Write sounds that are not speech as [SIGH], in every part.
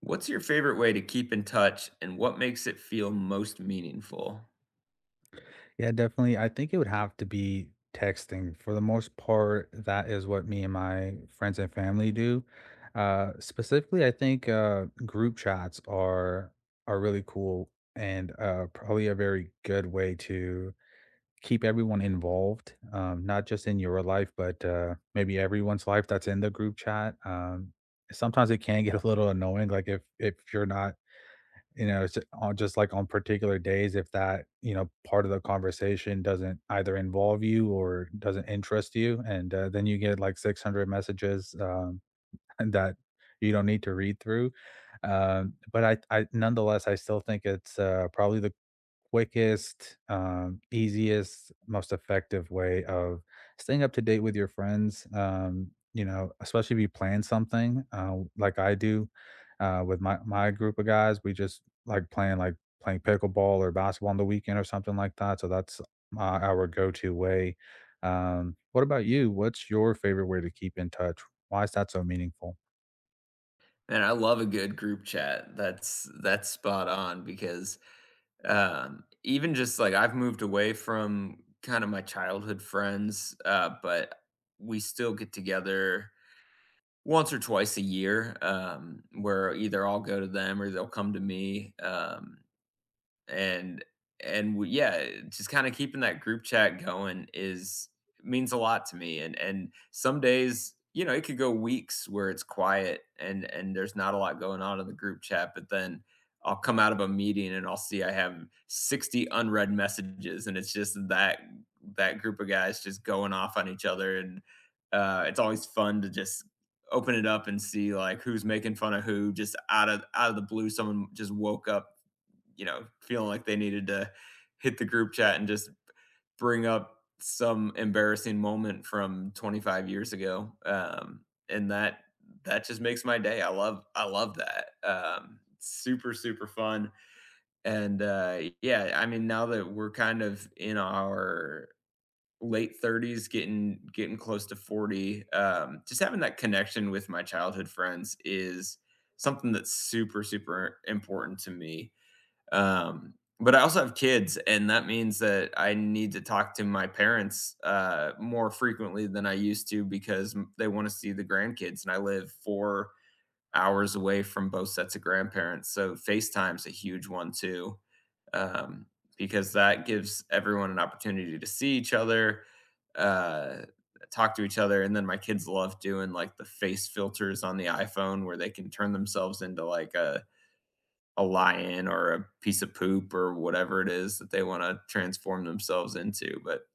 What's your favorite way to keep in touch and what makes it feel most meaningful? Yeah, definitely. I think it would have to be texting. For the most part, that is what me and my friends and family do. Specifically, I think group chats are really cool and probably a very good way to keep everyone involved, not just in your life, but maybe everyone's life that's in the group chat. Sometimes it can get a little annoying, like if you're not you know, it's on just like on particular days if that part of the conversation doesn't either involve you or doesn't interest you, and then you get like 600 messages, [LAUGHS] that you don't need to read through. But I Nonetheless, I still think it's, probably the quickest, easiest, most effective way of staying up to date with your friends. Especially if you plan something, like I do, with my group of guys, we just like playing pickleball or basketball on the weekend or something like that. So that's our go-to way. What about you? What's your favorite way to keep in touch? Why is that so meaningful? Man, I love a good group chat. That's spot on because even just like I've moved away from kind of my childhood friends, but we still get together once or twice a year where either I'll go to them or they'll come to me. And and we, yeah, just kind of keeping that group chat going is means a lot to me. And some days, you know, it could go weeks where it's quiet and there's not a lot going on in the group chat, but then I'll come out of a meeting and I'll see I have 60 unread messages, and it's just that group of guys just going off on each other, and it's always fun to just open it up and see like who's making fun of who. Just out of the blue, someone just woke up, you know, feeling like they needed to hit the group chat and just bring up some embarrassing moment from 25 years ago. And that just makes my day. I love that. Super super fun. And yeah, I mean, now that we're kind of in our late 30s, getting close to 40, just having that connection with my childhood friends is something that's super super important to me, um, but I also have kids, and that means that I need to talk to my parents more frequently than I used to because they want to see the grandkids, and I live 4 hours away from both sets of grandparents. So FaceTime's a huge one too, um, because that gives everyone an opportunity to see each other, uh, talk to each other. And then my kids love doing like the face filters on the iPhone, where they can turn themselves into like a lion or a piece of poop or whatever it is that they want to transform themselves into. But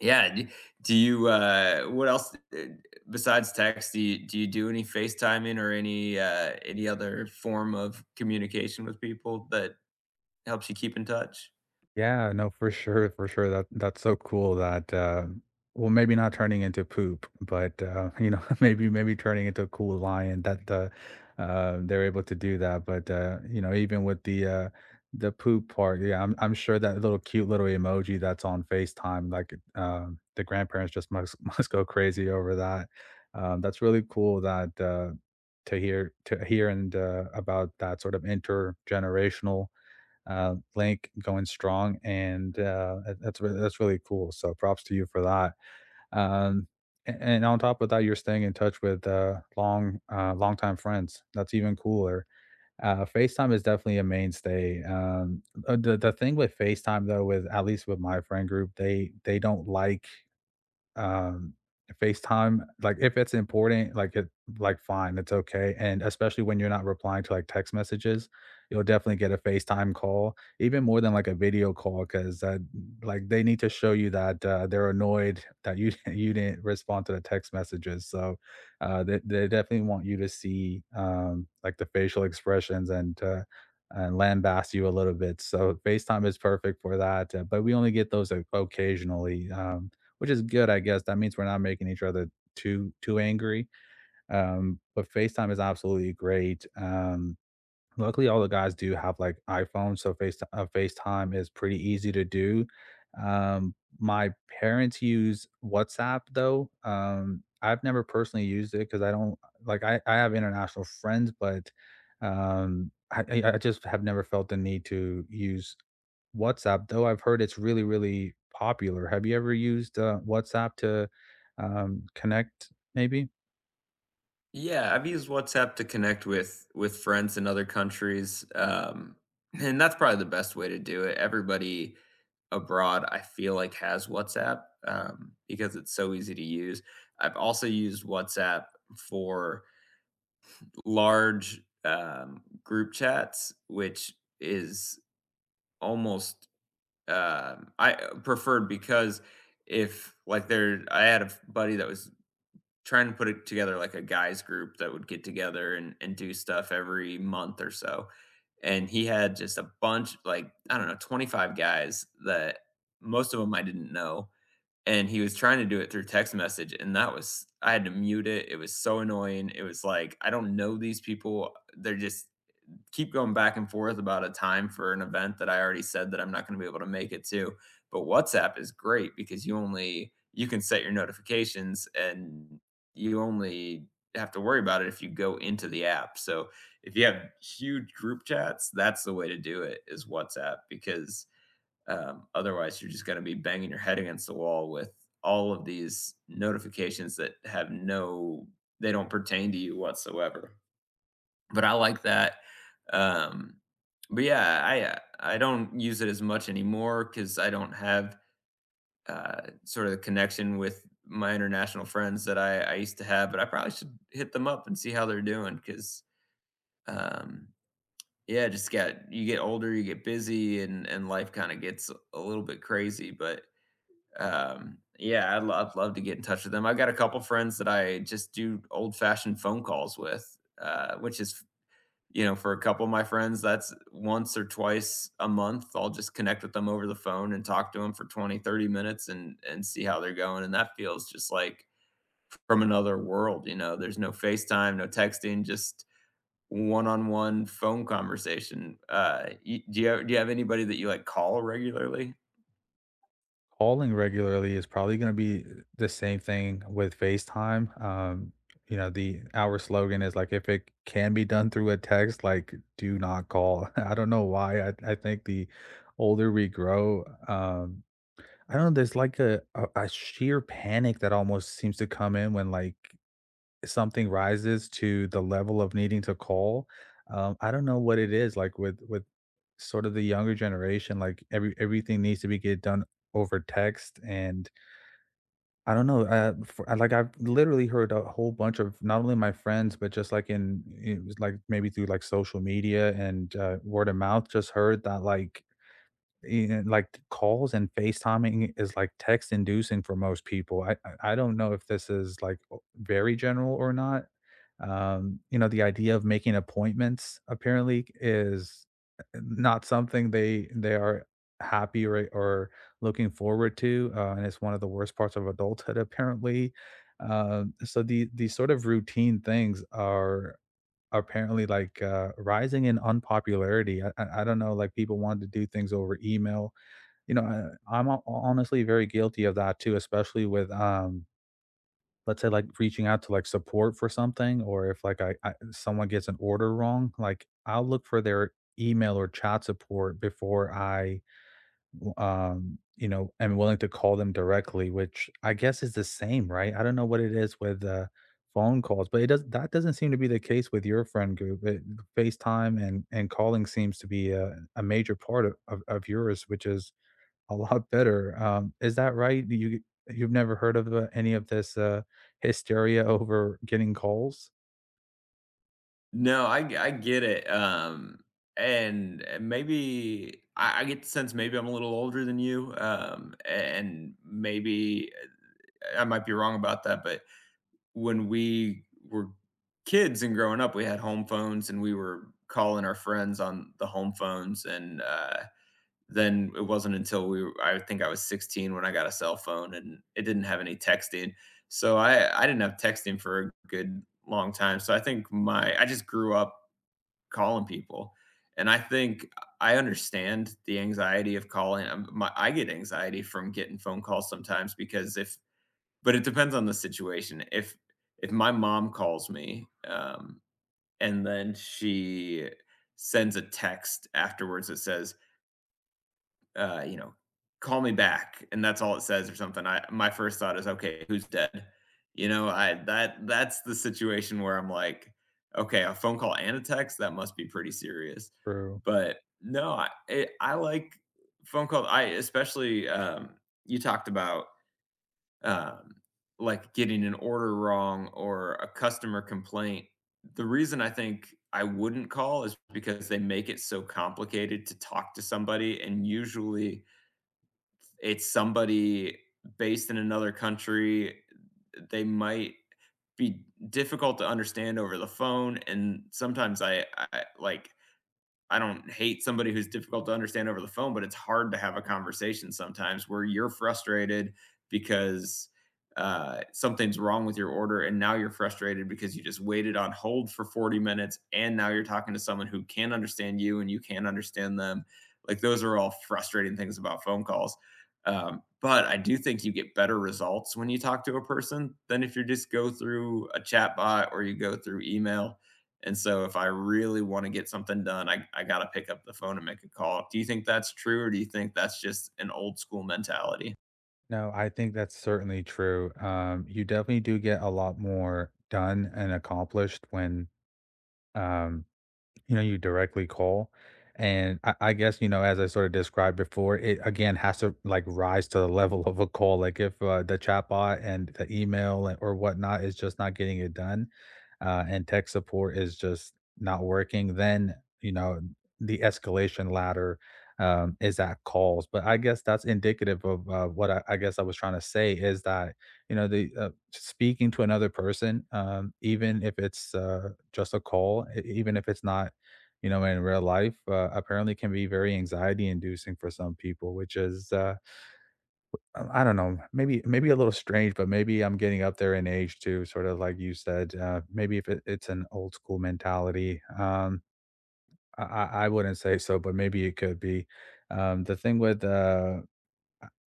yeah, do you what else besides text do you do any FaceTiming or any other form of communication with people that helps you keep in touch? Yeah, no, for sure, for sure. That's so cool that well, maybe not turning into poop, but [LAUGHS] you know, [LAUGHS] maybe turning into a cool lion that they're able to do that. But you know, even with the poop part, yeah, I'm sure that little cute little emoji that's on FaceTime, like the grandparents just must [LAUGHS] must go crazy over that. That's really cool that to hear and about that sort of intergenerational link going strong, and that's that's really cool. So props to you for that. Um, and on top of that, you're staying in touch with longtime friends. That's even cooler. FaceTime is definitely a mainstay. The thing with FaceTime though, with at least with my friend group, they don't like, um, FaceTime, like, if it's important, like, fine, it's okay, and especially when you're not replying to, like, text messages, you'll definitely get a FaceTime call, even more than, like, a video call 'cause that, like, they need to show you that, they're annoyed that you [LAUGHS] you didn't respond to the text messages, so, they definitely want you to see, like, the facial expressions and lambast you a little bit, so FaceTime is perfect for that, but we only get those o occasionally, which is good, I guess. That means we're not making each other too angry. But FaceTime is absolutely great. Luckily, all the guys do have like iPhones, so FaceTime is pretty easy to do. My parents use WhatsApp though. I've never personally used it because I don't like I have international friends, but I just have never felt the need to use WhatsApp, though I've heard it's really, really popular. Have you ever used WhatsApp to connect, maybe? Yeah, I've used WhatsApp to connect with friends in other countries, and that's probably the best way to do it. Everybody abroad, I feel like, has WhatsApp because it's so easy to use. I've also used WhatsApp for large group chats, which is almost I preferred because if like there, I had a buddy that was trying to put it together like a guys group that would get together and do stuff every month or so. And he had just a bunch, like, I don't know, 25 guys that most of them I didn't know. And he was trying to do it through text message. And that was, I had to mute it. It was so annoying. It was like, I don't know these people. They're just keep going back and forth about a time for an event that I already said that I'm not going to be able to make it to. But WhatsApp is great because you can set your notifications and you only have to worry about it if you go into the app. So if you have huge group chats, that's the way to do it is WhatsApp, because otherwise you're just going to be banging your head against the wall with all of these notifications that have no they don't pertain to you whatsoever. But I like that, um, but yeah, I don't use it as much anymore because I don't have, sort of the connection with my international friends that I used to have, but I probably should hit them up and see how they're doing, 'cause, um, yeah, just got you get older, you get busy, and life kinda gets a little bit crazy, but, yeah, I'd love to get in touch with them. I've got a couple friends that I just do old-fashioned phone calls with, which is, you know, for a couple of my friends, that's once or twice a month. I'll just connect with them over the phone and talk to them for 20, 30 minutes and see how they're going. And that feels just like from another world, you know. There's no FaceTime, no texting, just one-on-one phone conversation. Y do you have anybody that you, like, call regularly? Calling regularly is probably going to be the same thing with FaceTime. You know, the Our slogan is like, if it can be done through a text, like, do not call. [LAUGHS] I don't know why. I think the older we grow, I don't know, there's like a sheer panic that almost seems to come in when like something rises to the level of needing to call, I don't know what it is, like, with sort of the younger generation, like, everything needs to be get done over text, and I don't know, like, I've literally heard a whole bunch of not only my friends, but just, like, maybe through, like, social media and, word of mouth, just heard that, like, you know, like, calls and FaceTiming is, like, text inducing for most people. I don't know if this is, like, o very general or not. The idea of making appointments apparently is, not something they are happy or looking forward to, and it's one of the worst parts of adulthood apparently. So these sort of routine things are apparently like rising in unpopularity. I don't know, like people wanted to do things over email. You know, I'm honestly very guilty of that too, especially with let's say like reaching out to like support for something, or if like I someone gets an order wrong, like I'll look for their email or chat support before I am willing to call them directly, which I guess is the same, right? I don't know what it is with phone calls, but it does that doesn't seem to be the case with your friend group. FaceTime and calling seems to be a major part of yours, which is a lot better. Is that right? You you've never heard of any of this hysteria over getting calls? No, I get it, and maybe I get the sense maybe I'm a little older than you, and maybe I might be wrong about that, but when we were kids and growing up, we had home phones and we were calling our friends on the home phones. And then it wasn't until we were, I think I was 16 when I got a cell phone and it didn't have any texting. So I didn't have texting for a good long time. So I think I just grew up calling people. And I think I understand the anxiety of calling. My, I get anxiety from getting phone calls sometimes because if but it depends on the situation. If my mom calls me and then she sends a text afterwards that says, you know, call me back, and that's all it says or something, I my first thought is, okay, who's dead? You know, I that that's the situation where I'm like, okay, a phone call and a text, that must be pretty serious. True. But no, I it, I like phone calls. I especially you talked about um, like getting an order wrong or a customer complaint. The reason I think I wouldn't call is because they make it so complicated to talk to somebody, and usually it's somebody based in another country. They might be difficult to understand over the phone. And sometimes I like I don't hate somebody who's difficult to understand over the phone, but it's hard to have a conversation sometimes where you're frustrated because something's wrong with your order, and now you're frustrated because you just waited on hold for 40 minutes, and now you're talking to someone who can not understand you and you can't understand them. Like those are all frustrating things about phone calls. But I do think you get better results when you talk to a person than if you just go through a chat bot or you go through email. And so if I really want to get something done, I got to pick up the phone and make a call. Do you think that's true, or do you think that's just an old school mentality? No, I think that's certainly true. You definitely do get a lot more done and accomplished when, Um, you know, you directly call. And I guess, you know, as I sort of described before, it again has to like rise to the level [LAUGHS] of a call. Like if the chatbot and the email or whatnot is just not getting it done, and tech support is just not working, then, you know, the escalation ladder is at calls. But I guess that's indicative of I guess I was trying to say is that, you know, the speaking to another person, even if it's just a call, even if it's not, you know, in real life, apparently can be very anxiety inducing for some people, which is, I don't know, maybe, maybe a little strange, but maybe I'm getting up there in age too, sort of like you said, maybe if it's an old school mentality, I wouldn't say so, but maybe it could be. The thing with, uh,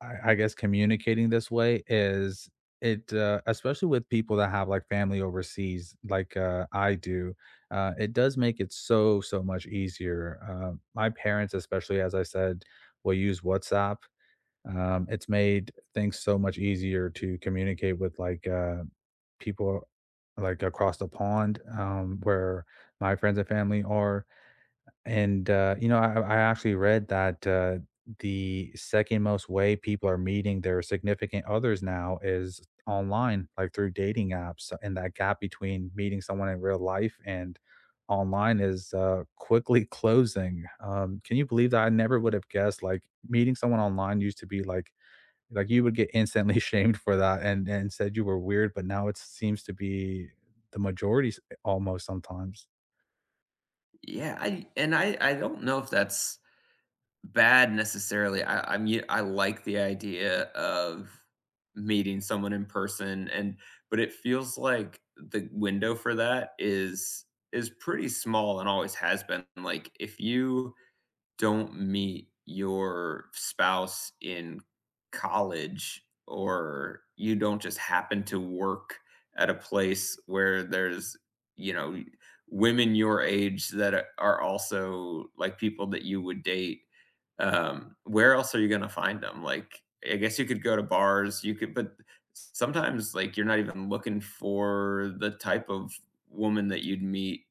I, I guess communicating this way is it especially with people that have like family overseas like I do it does make it so so much easier, my parents especially as I said will use whatsapp. It's made things so much easier to communicate with like people like across the pond, where my friends and family are, and you know, I actually read that, the second most way people are meeting their significant others now is online, like, through dating apps. And that gap between meeting someone in real life and online is, quickly [LAUGHS] closing. Can you believe that? I never would have guessed, like, meeting someone online used to be like, you would get instantly [LAUGHS] shamed for that and said you were weird, but now it seems to be the majority s almost sometimes. Yeah, I and I I don't know if that's bad necessarily. I mean, I like the idea of meeting someone in person, and but it feels like the window for that is pretty small and always has been. Like, if you don't meet your spouse in college, or you don't just happen to work at a place where there's, you know, women your age that are also like people that you would date, um, where else are you going to find them? Like, I guess you could go to bars, you could, but sometimes like you're not even looking for the type of woman that you'd meet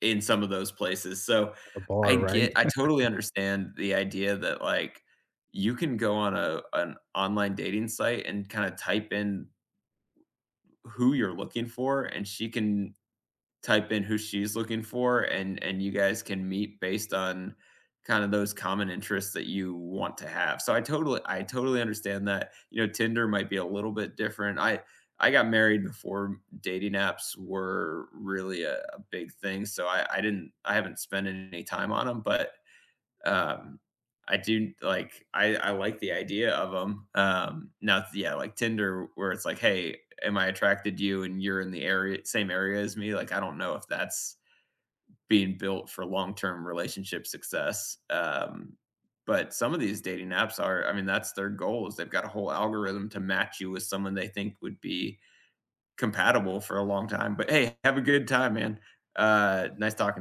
in some of those places. So A I bar, right? get I totally understand the idea that, like, you can go on a an online dating site and kinda type in who you're looking for, and she can type in who she's looking for, and you guys can meet based on kind of those common interests that you want to have. So I totally understand that. You know, Tinder might be a little bit different. I got married before dating apps were really a big thing, so I haven't spent any time on them. But um, I do like I like the idea of them. Now, yeah, like Tinder, where it's like, hey, am I attracted to you, and you're in the area, same area as me? Like, I don't know if that's being built for long term relationship success. But some of these dating apps are, I mean, that's their goal, is they've got a whole algorithm to match you with someone they think would be compatible for a long time. But hey, have a good time, man. Nice talking to you.